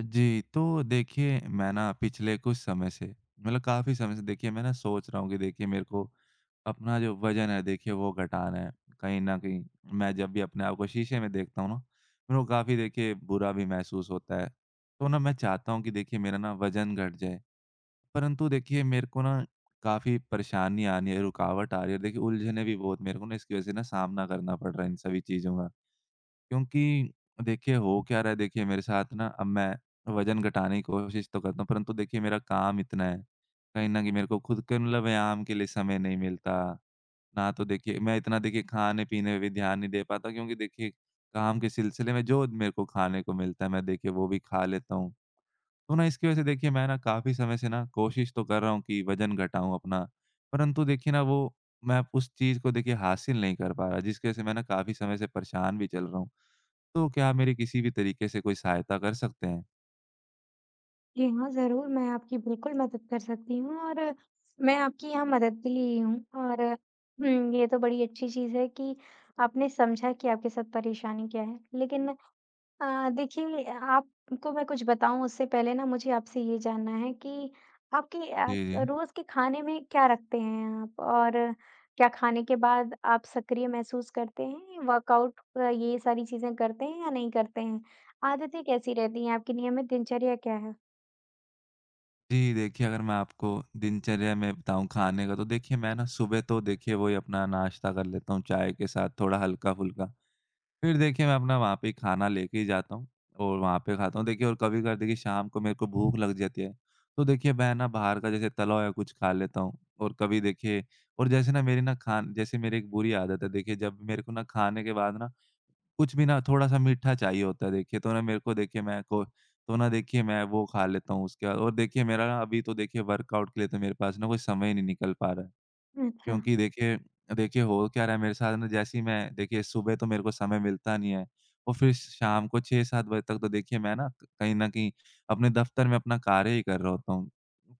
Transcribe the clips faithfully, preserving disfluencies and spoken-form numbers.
जी, तो देखिए मैं ना पिछले कुछ समय से मतलब काफ़ी समय से देखिए मैं ना सोच रहा हूँ कि देखिए मेरे को अपना जो वज़न है देखिए वो घटाना है। कहीं न कहीं मैं जब भी अपने आप को शीशे में देखता हूँ ना, मेरे को काफ़ी देखिए बुरा भी महसूस होता है। तो ना मैं चाहता हूँ कि देखिए मेरा ना वज़न घट जाए, परंतु देखिए मेरे को ना काफ़ी परेशानी आ रही है, रुकावट आ रही है। देखिए उलझने भी बहुत मेरे को ना इसकी वज़ह से ना सामना करना पड़ रहा है इन सभी चीज़ों का। क्योंकि देखिए हो क्या रहा है देखिए मेरे साथ ना, अब मैं वज़न घटाने की कोशिश तो करता हूँ, परंतु देखिए मेरा काम इतना है, कहीं न कहीं मेरे को खुद के मतलब व्यायाम के लिए समय नहीं मिलता। ना तो देखिए मैं इतना देखिए खाने-पीने में भी ध्यान नहीं दे पाता, क्योंकि देखिए काम के सिलसिले में जो मेरे को खाने को मिलता है मैं देखिए वो भी खा लेता हूँ। तो ना इसकी वज़ह से देखिए मैं ना काफ़ी समय से ना कोशिश तो कर रहा हूँ कि वज़न घटाऊँ अपना, परंतु देखिए ना वो मैं उस चीज़ को देखिए हासिल नहीं कर पा रहा, जिसकी वज़ह से मैं ना काफ़ी समय से परेशान भी चल रहा हूँ। तो क्या आप मेरी किसी भी तरीके से कोई सहायता कर सकते हैं? जी हाँ, ज़रूर मैं आपकी बिल्कुल मदद कर सकती हूँ और मैं आपकी यहाँ मदद के लिए ही हूँ। और हुँ, ये तो बड़ी अच्छी चीज़ है कि आपने समझा कि आपके साथ परेशानी क्या है। लेकिन अ, देखिए आपको मैं कुछ बताऊँ उससे पहले ना मुझे आपसे ये जानना है कि आपके जी, अ, जी। रोज़ के खाने में क्या रखते हैं आप? और क्या खाने के बाद आप सक्रिय महसूस करते हैं? वर्कआउट अ, ये सारी चीज़ें करते हैं या नहीं करते हैं? आदतें कैसी रहती हैं? आपकी नियमित दिनचर्या क्या है? जी, देखिए अगर मैं आपको दिनचर्या में बताऊँ खाने का, तो देखिए मैं ना सुबह तो देखिए वही अपना नाश्ता कर लेता हूँ चाय के साथ थोड़ा हल्का-फुल्का। फिर देखिए मैं अपना वहाँ पे खाना लेके ही जाता हूँ और वहाँ पे खाता हूँ। देखिए और कभी-कभार देखिए शाम को मेरे को भूख लग जाती है, तो देखिए मैं ना बाहर का जैसे तला हुआ कुछ खा लेता हूँ, और कभी देखिए और जैसे ना मेरी ना खान जैसे मेरी एक बुरी आदत है देखिए, जब मेरे को ना खाने के बाद ना कुछ भी ना थोड़ा-सा मीठा चाहिए होता है देखिए, तो ना मेरे को देखिए मैं को तो ना देखिए मैं वो खा लेता हूँ उसके बाद, और देखिए मेरा ना अभी तो देखिए वर्कआउट के लिए तो मेरे पास ना कोई समय ही नहीं निकल पा रहा है। अच्छा, क्योंकि देखिए देखिए हो क्या रहा है मेरे साथ ना, जैसे ही मैं देखिए सुबह तो मेरे को समय मिलता नहीं है, और फिर शाम को छह सात बजे तक तो देखिए मैं ना कहीं न कहीं अपने दफ्तर में अपना कार्य ही कर रहा होता हूँ।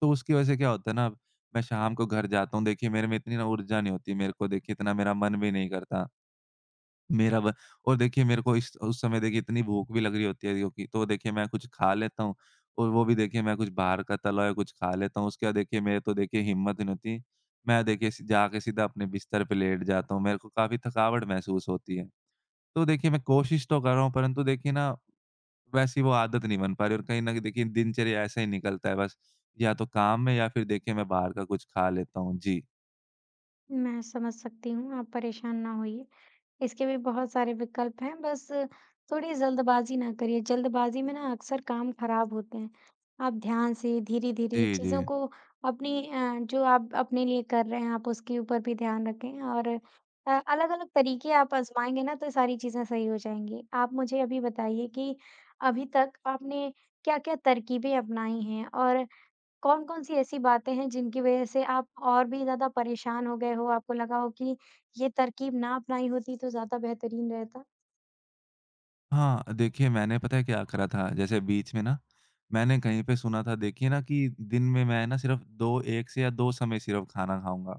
तो उसकी वज़ह से क्या होता है ना, मैं शाम को घर जाता हूँ, देखिए मेरे में इतनी ना ऊर्जा नहीं होती, मेरे को देखिए इतना मेरा मन भी नहीं करता। मेरा ब और देखिए मेरे को इस उस समय देखिए इतनी भूख भी लग रही होती है, क्योंकि तो देखिए मैं कुछ खा लेता हूँ और वो भी देखिए मैं कुछ बाहर का तला हुआ कुछ खा लेता हूँ। उसके बाद देखिए मेरे तो देखिए हिम्मत ही नहीं होती। मैं देखिए सी जाके सीधा अपने बिस्तर पे लेट जाता हूँ। मेरे को काफ़ी थकावट महसूस होती है। तो देखिए मैं कोशिश तो कर रहा हूँ, परंतु देखिए ना वैसी वो आदत नहीं बन पा रही, और कहीं न कहीं देखिए दिनचर्या ऐसा ही निकलता है बस। या तो काम में, या फिर देखिए मैं बाहर का कुछ खा लेता हूँ। जी। मैं समझ सकती हूँ, आप परेशान ना होइए। इसके भी बहुत सारे विकल्प हैं, बस थोड़ी जल्दबाज़ी ना करिए, जल्दबाज़ी में ना अक्सर काम खराब होते हैं। आप ध्यान से, धीरे-धीरे जी, चीज़ों जी। को अपनी अ, जो आप अपने लिए कर रहे हैं, आप उसके ऊपर भी ध्यान रखें और अ, अलग-अलग तरीके आप आज़माएँगे ना, तो सारी चीज़ें सही हो जाएँगी। आप मुझे अभी बताइए कि अभी तक आपने क्या-क्या तरकीबें अपनाई हैं और कौन-कौन सी ऐसी बातें हैं जिनकी वजह से आप और भी ज़्यादा परेशान हो गए हो? आपको लगा हो कि ये तरकीब ना अपनाई होती तो ज़्यादा बेहतरीन रहता? हाँ, देखिए मैंने पता है क्या करा था, जैसे बीच में ना मैंने कहीं पे सुना था देखिए ना कि दिन में मैं ना सिर्फ़ दो एक से या दो समय सिर्फ़ खाना खाऊँगा,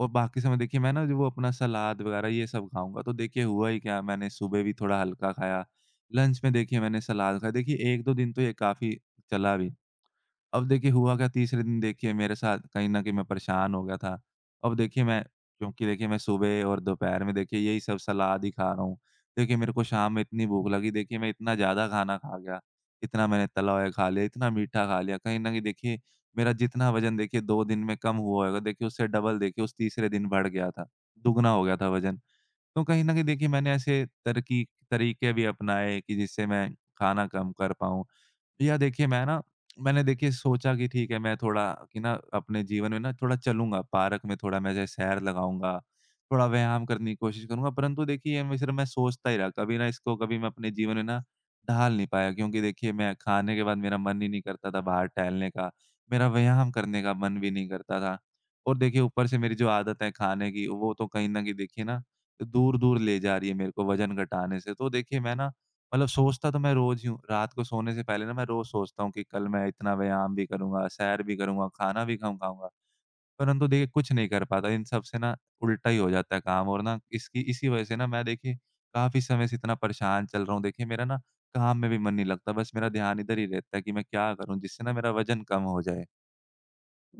और बाकी समय देखिए मैं ना जो वो अपना सलाद वग़ैरह ये सब खाऊँगा। तो देखिए हुआ ही क्या, मैंने सुबह भी थोड़ा हल्का खाया, लंच में देखिए मैंने सलाद खाया। देखिए एक दो दिन तो ये काफ़ी चला भी। अब देखिए हुआ क्या, तीसरे दिन देखिए मेरे साथ कहीं न कहीं मैं परेशान हो गया था। अब देखिए मैं क्योंकि देखिए मैं सुबह और दोपहर में देखिए यही सब सलाद ही खा रहा हूँ। देखिए मेरे को शाम में इतनी भूख लगी, देखिए मैं इतना ज़्यादा खाना खा गया। इतना मैंने तला हुआ खा लिया, इतना मीठा खा लिया। कहीं न कहीं देखिए मेरा जितना वज़न देखिए दो दिन में कम हुआ होगा, देखिए उससे डबल देखिए उस तीसरे दिन बढ़ गया था। दुगना हो गया था वज़न। तो कहीं न कहीं देखिए मैंने ऐसे तरकी तरीके भी अपनाए, कि जिससे मैं खाना कम कर पाऊँ। या देखिए मैं ना मैंने देखिए सोचा कि ठीक है, मैं थोड़ा कि ना अपने जीवन में ना थोड़ा चलूँगा, पार्क में थोड़ा मैं जैसे सैर लगाऊँगा, थोड़ा व्यायाम करने की कोशिश करूँगा। परंतु देखिए मैं सिर्फ़ मैं सोचता ही रहा, कभी ना इसको कभी मैं अपने जीवन में ना ढाल नहीं पाया, क्योंकि देखिए मैं खाने के बाद मेरा मन ही नहीं करता था बाहर टहलने का, मेरा व्यायाम करने का मन भी नहीं करता था। और देखिए ऊपर से मेरी जो आदत है खाने की, वो तो कहीं न कहीं देखिए ना दूर-दूर ले जा रही है मेरे को वज़न घटाने से। तो देखिए मैं ना मतलब सोचता तो मैं रोज़ ही हूँ। रात को सोने से पहले ना मैं रोज़ सोचता हूँ कि कल मैं इतना व्यायाम भी करूँगा, सैर भी करूँगा, खाना भी खाऊँ खाऊँगा। परंतु देखिए कुछ नहीं कर पाता। इन सब से ना उल्टा ही हो जाता है काम, और ना इसकी इसी वज़ह से ना मैं देखिए काफ़ी समय से इतना परेशान चल रहा हूँ। देखिए मेरा ना काम में भी मन नहीं लगता। बस मेरा ध्यान इधर ही रहता है कि मैं क्या करूँ जिससे ना मेरा वज़न कम हो जाए।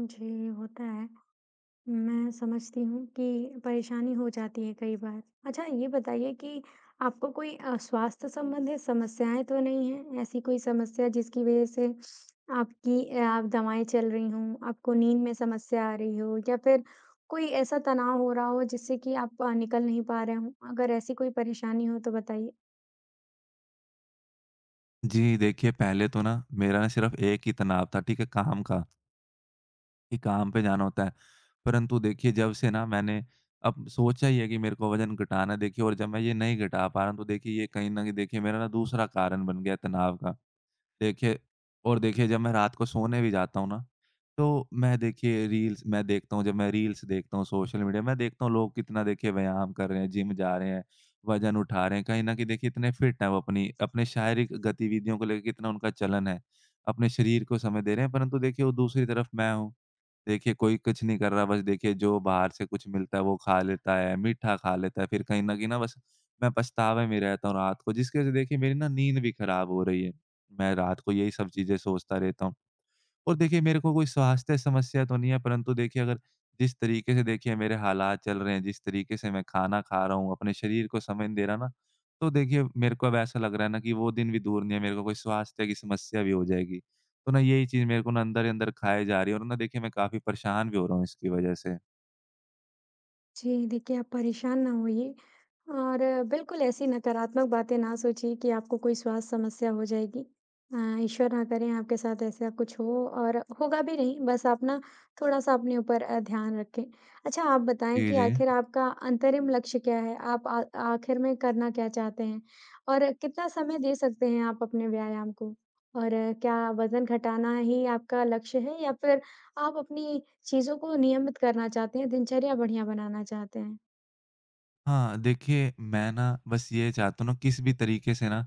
जी, होता है। मैं समझती हूँ कि परेशानी हो जाती है कई बार। अच्छा ये बताइए कि आपको कोई अ, स्वास्थ्य संबंधित समस्याएँ तो नहीं हैं? ऐसी कोई समस्या जिसकी वज़ह से आपकी अ, आप दवाएँ चल रही हों, आपको नींद में समस्या आ रही हो या फिर कोई ऐसा तनाव हो रहा हो जिससे कि आप अ, निकल नहीं पा रहे हों? अगर ऐसी कोई परेशानी हो तो बताइए। जी देखिए, पहले तो ना मेरा ना सिर्फ़ एक ही तनाव था, ठीक है, काम का। कि काम पे जाना होता है। परंतु देखिए जब से ना मैंने अब सोचा ही है कि मेरे को वज़न घटाना है, देखिए और जब मैं ये नहीं घटा पा रहा हूँ, तो देखिए ये कहीं न कहीं देखिए मेरा ना दूसरा कारण बन गया है तनाव का। देखिए और देखिए जब मैं रात को सोने भी जाता हूँ ना, तो मैं देखिए रील्स मैं देखता हूँ, जब मैं रील्स देखता हूँ, सोशल मीडिया मैं देखता हूँ, लोग कितना देखिए व्यायाम कर रहे हैं, जिम जा रहे हैं, वज़न उठा रहे हैं। कहीं न कहीं देखिए इतने फिट हैं वो, अपनी अपने शारीरिक गतिविधियों को लेके कितना उनका चलन है, अपने शरीर को समय दे रहे हैं। परंतु देखिए वो दूसरी तरफ मैं हूँ, देखिए कोई कुछ नहीं कर रहा, बस देखिए जो बाहर से कुछ मिलता है वो खा लेता है, मीठा खा लेता है। फिर कहीं न कहीं ना बस मैं पछतावे में रहता हूँ रात को, जिसकी वज़ह से देखिए मेरी ना नींद भी खराब हो रही है। मैं रात को यही सब चीज़ें सोचता रहता हूँ। और देखिए मेरे को कोई स्वास्थ्य समस्या तो नहीं है, परंतु देखिए अगर जिस तरीके से देखिए मेरे हालात चल रहे हैं, जिस तरीके से मैं खाना खा रहा हूँ, अपने शरीर को समय नहीं दे रहा ना, तो देखिए मेरे को अब ऐसा लग रहा है ना कि वो दिन भी दूर नहीं है, मेरे को कोई स्वास्थ्य की समस्या भी हो जाएगी। तो ना यही चीज़ मेरे को ना अंदर ही अंदर खाए जा रही है, और ना देखिए मैं काफ़ी परेशान भी हो रहा हूँ इसकी वज़ह से। जी, देखिए आप परेशान ना होइए और बिल्कुल ऐसी नकारात्मक बातें ना सोचिए कि आपको कोई स्वास्थ्य समस्या हो जाएगी। अ, ईश्वर ना करें आपके साथ ऐसा कुछ हो और होगा भी नहीं, बस आप ना थोड़ा-सा अपने ऊपर अ, ध्यान रखें। अच्छा आप बताएँ जी, कि जी। आखिर आपका अंतरिम लक्ष्य क्या है? आप आ आखिर में करना क्या चाहते हैं? और कितना समय दे सकते हैं आप अपने व्यायाम को? और अ, क्या वज़न घटाना ही आपका लक्ष्य है या फिर आप अपनी चीज़ों को नियमित करना चाहते हैं, दिनचर्या बढ़िया बनाना चाहते हैं। हाँ, देखिए मैं ना बस ये चाहता हूँ ना किसी भी तरीके से ना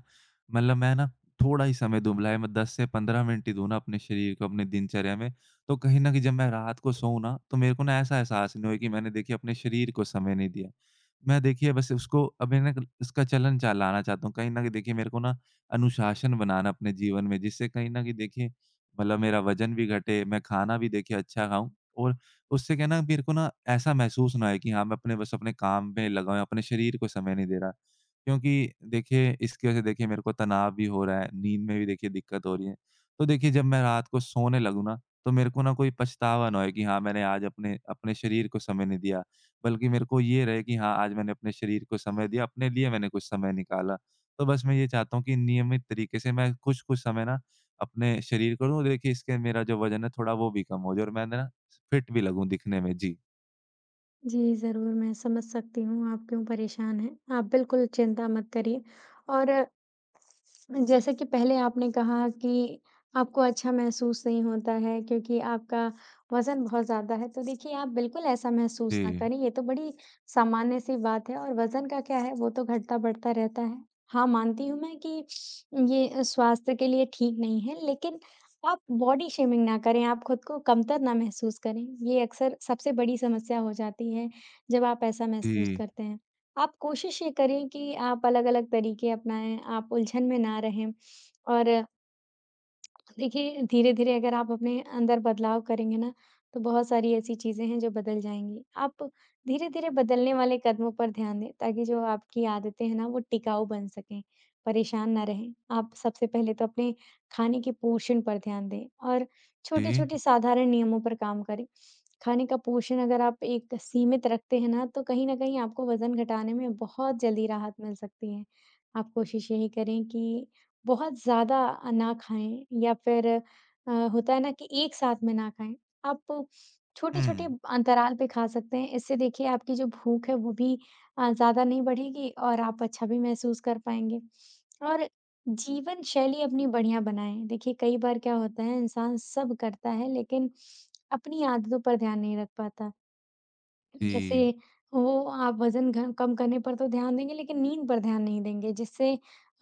मतलब मैं ना थोड़ा ही समय दूँ, भला है मैं दस से पंद्रह मिनट ही दूँ ना अपने शरीर को अपने दिनचर्या में, तो कहीं न कहीं जब मैं रात को सोऊँ ना, तो मेरे को ना ऐसा एहसास नहीं होए कि मैंने देखिए अपने शरीर को समय नहीं दिया। मैं देखिए बस उसको अभी ना इसका चलन-चाल लाना चाहता हूँ। कहीं न कहीं देखिए मेरे को ना अनुशासन बनाना अपने जीवन में, जिससे कहीं न कहीं देखिए मतलब मेरा वज़न भी घटे, मैं खाना भी देखिए अच्छा खाऊँ, और उससे क्या है ना, मेरे को ना ऐसा महसूस ना हो कि हाँ, मैं अपने बस अपने काम में लगा हूँ या अपने शरीर को समय नहीं दे रहा। क्योंकि देखिए इसकी वजह से देखिए मेरे को तनाव भी हो रहा है, नींद में भी देखिए दिक्कत हो रही है। तो देखिए जब मैं रात को सोने लगूँ ना, तो मेरे को ना कोई पछतावा ना होए कि हाँ, मैंने आज अपने अपने शरीर को समय नहीं दिया, बल्कि मेरे को ये रहे कि हाँ, आज मैंने अपने शरीर को समय दिया, अपने लिए मैंने कुछ समय निकाला। तो बस मैं ये चाहता हूँ कि नियमित तरीके से मैं कुछ-कुछ समय ना अपने शरीर को दूँ, देखिए इसके मेरा जो वज़न है थोड़ा वो भी कम हो जाए, और मैं ना फिट भी लगूँ दिखने में। जी। जी, ज़रूर मैं समझ सकती हूँ आप क्यों परेशान हैं। आप बिल्कुल चिंता मत करिए और जैसे कि पहले आपने कहा कि आपको अच्छा महसूस नहीं होता है क्योंकि आपका वज़न बहुत ज़्यादा है, तो देखिए आप बिल्कुल ऐसा महसूस ना जी, करें, ये तो बड़ी सामान्य-सी बात है और वज़न का क्या है, वो तो घटता-बढ़ता रहता है। हाँ, मानती हूँ मैं कि ये स्वास्थ्य के लिए ठीक नहीं है, लेकिन आप बॉडी शेमिंग ना करें, आप खुद को कमतर ना महसूस करें, ये अक्सर सबसे बड़ी समस्या हो जाती है, जब आप ऐसा महसूस जी, करते हैं। आप कोशिश ये करें कि आप अलग-अलग तरीके अपनाएँ, आप उलझन में ना रहें और देखिए, धीरे-धीरे अगर आप अपने अंदर बदलाव करेंगे ना, तो बहुत सारी ऐसी चीज़ें हैं जो बदल जाएँगी। आप धीरे-धीरे बदलने वाले कदमों पर ध्यान दें, ताकि जो आपकी आदतें हैं ना, वो टिकाऊ बन सकें, परेशान ना रहें। आप सबसे पहले तो अपने खाने के पोषण पर ध्यान दें और जी। छोटे-छोटे साधारण नियमों पर काम करें। खाने का पोषण अगर आप एक सीमित रखते हैं ना, तो कहीं न कहीं आपको वज़न घटाने में बहुत जल्दी राहत मिल सकती है। आप कोशिश यही करें कि बहुत ज़्यादा अ, ना खाएँ या फिर अ, होता है ना कि एक साथ में ना खाएँ। आप छोटे-छोटे हुँ। अंतराल पे खा सकते हैं। इससे देखिए आपकी जो भूख है वो भी अ, ज़्यादा नहीं बढ़ेगी और आप अच्छा भी महसूस कर पाएँगे। और जीवन शैली अपनी बढ़िया बनाएँ। देखिए कई बार क्या होता है इंसान सब करता है लेकिन अपनी आदतों पर ध्यान नहीं रख पाता। जी, जैसे वो आप वज़न घ कम करने पर तो ध्यान देंगे, लेकिन नींद पर ध्यान नहीं देंगे, जिससे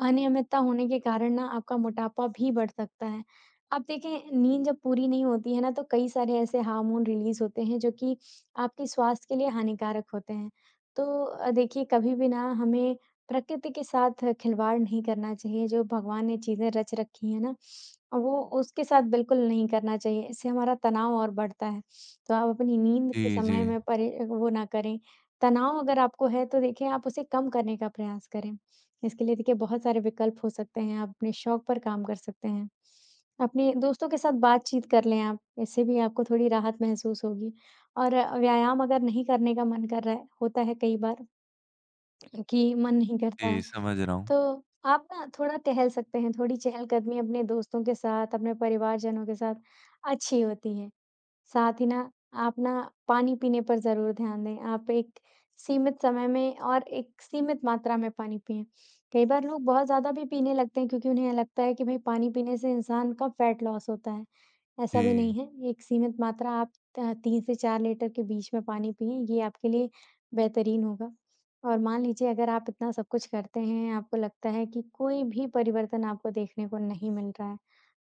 अनियमितता होने के कारण ना आपका मोटापा भी बढ़ सकता है। आप देखें, नींद जब पूरी नहीं होती है ना, तो कई सारे ऐसे हार्मोन रिलीज़ होते हैं, जो कि आपके स्वास्थ्य के लिए हानिकारक होते हैं। तो अ, देखिए, कभी भी ना हमें प्रकृति के साथ खिलवाड़ नहीं करना चाहिए, जो भगवान ने चीज़ें रच रखी हैं ना, वो उसके साथ बिल्कुल नहीं करना चाहिए, इससे हमारा तनाव और बढ़ता है। तो आप अपनी नींद के जी, जी। समय में परे वो ना करें। तनाव अगर आपको है तो देखिए आप उसे कम करने का प्रयास करें। इसके लिए देखिए बहुत सारे विकल्प हो सकते हैं, आप अपने शौक पर काम कर सकते हैं। अपने दोस्तों के साथ बातचीत कर लें आप, इससे भी आपको थोड़ी राहत महसूस होगी। और अ, व्यायाम अगर नहीं करने का मन कर रहा है, होता है कई बार कि मन नहीं करता जी, है, समझ रहा हूँ। तो आप ना थोड़ा टहल सकते हैं, थोड़ी चहलकदमी अपने दोस्तों के साथ, अपने परिवारजनों के साथ अच्छी होती है। साथ ही ना, आप ना पानी पीने पर ज़रूर ध्यान दें। आप एक सीमित समय में और एक सीमित मात्रा में पानी पिएँ। कई बार लोग बहुत ज़्यादा भी पीने लगते हैं क्योंकि उन्हें लगता है कि भई पानी पीने से इंसान का फैट लॉस होता है। ऐसा भी नहीं जी, है, एक सीमित मात्रा आप त तीन से चार लीटर के बीच में पानी पिएँ, ये आपके लिए बेहतरीन होगा। और मान लीजिए अगर आप इतना सब कुछ करते हैं, आपको लगता है कि कोई भी परिवर्तन आपको देखने को नहीं मिल रहा है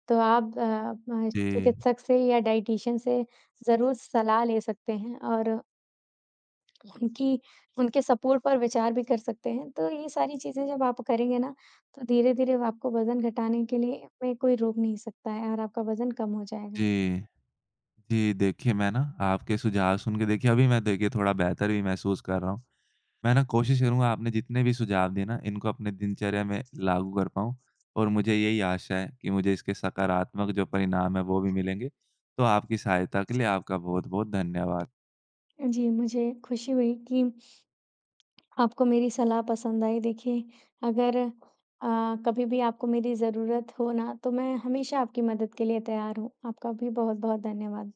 तो आप अ, म जी, चिकित्सक से या डायटीशियन से ज़रूर सलाह ले सकते हैं और उनकी उनके सपोर्ट पर विचार भी कर सकते हैं। तो ये सारी चीज़ें जब आप करेंगे ना, तो धीरे-धीरे आपको वज़न घटाने के लिए में कोई रोक नहीं सकता है और आपका वज़न कम हो जाएगा। जी, जी, देखिए मैं ना आपके सुझाव सुन के देखिए अभी मैं देखिए थोड़ा बेहतर भी महसूस कर रहा हूँ। मैं ना कोशिश करूँगा आपने जितने भी सुझाव दिए ना, इनको अपने दिनचर्या में लागू कर पाऊँ, और मुझे यही आशा है कि मुझे इसके सकारात्मक जो परिणाम है वो भी मिलेंगे। तो आपकी सहायता के लिए आपका बहुत-बहुत धन्यवाद। जी, मुझे खुशी हुई कि आपको मेरी सलाह पसंद आई। देखिए, अगर अ, कभी भी आपको मेरी ज़रूरत हो ना, तो मैं हमेशा आपकी मदद के लिए तैयार हूँ। आपका भी बहुत-बहुत धन्यवाद।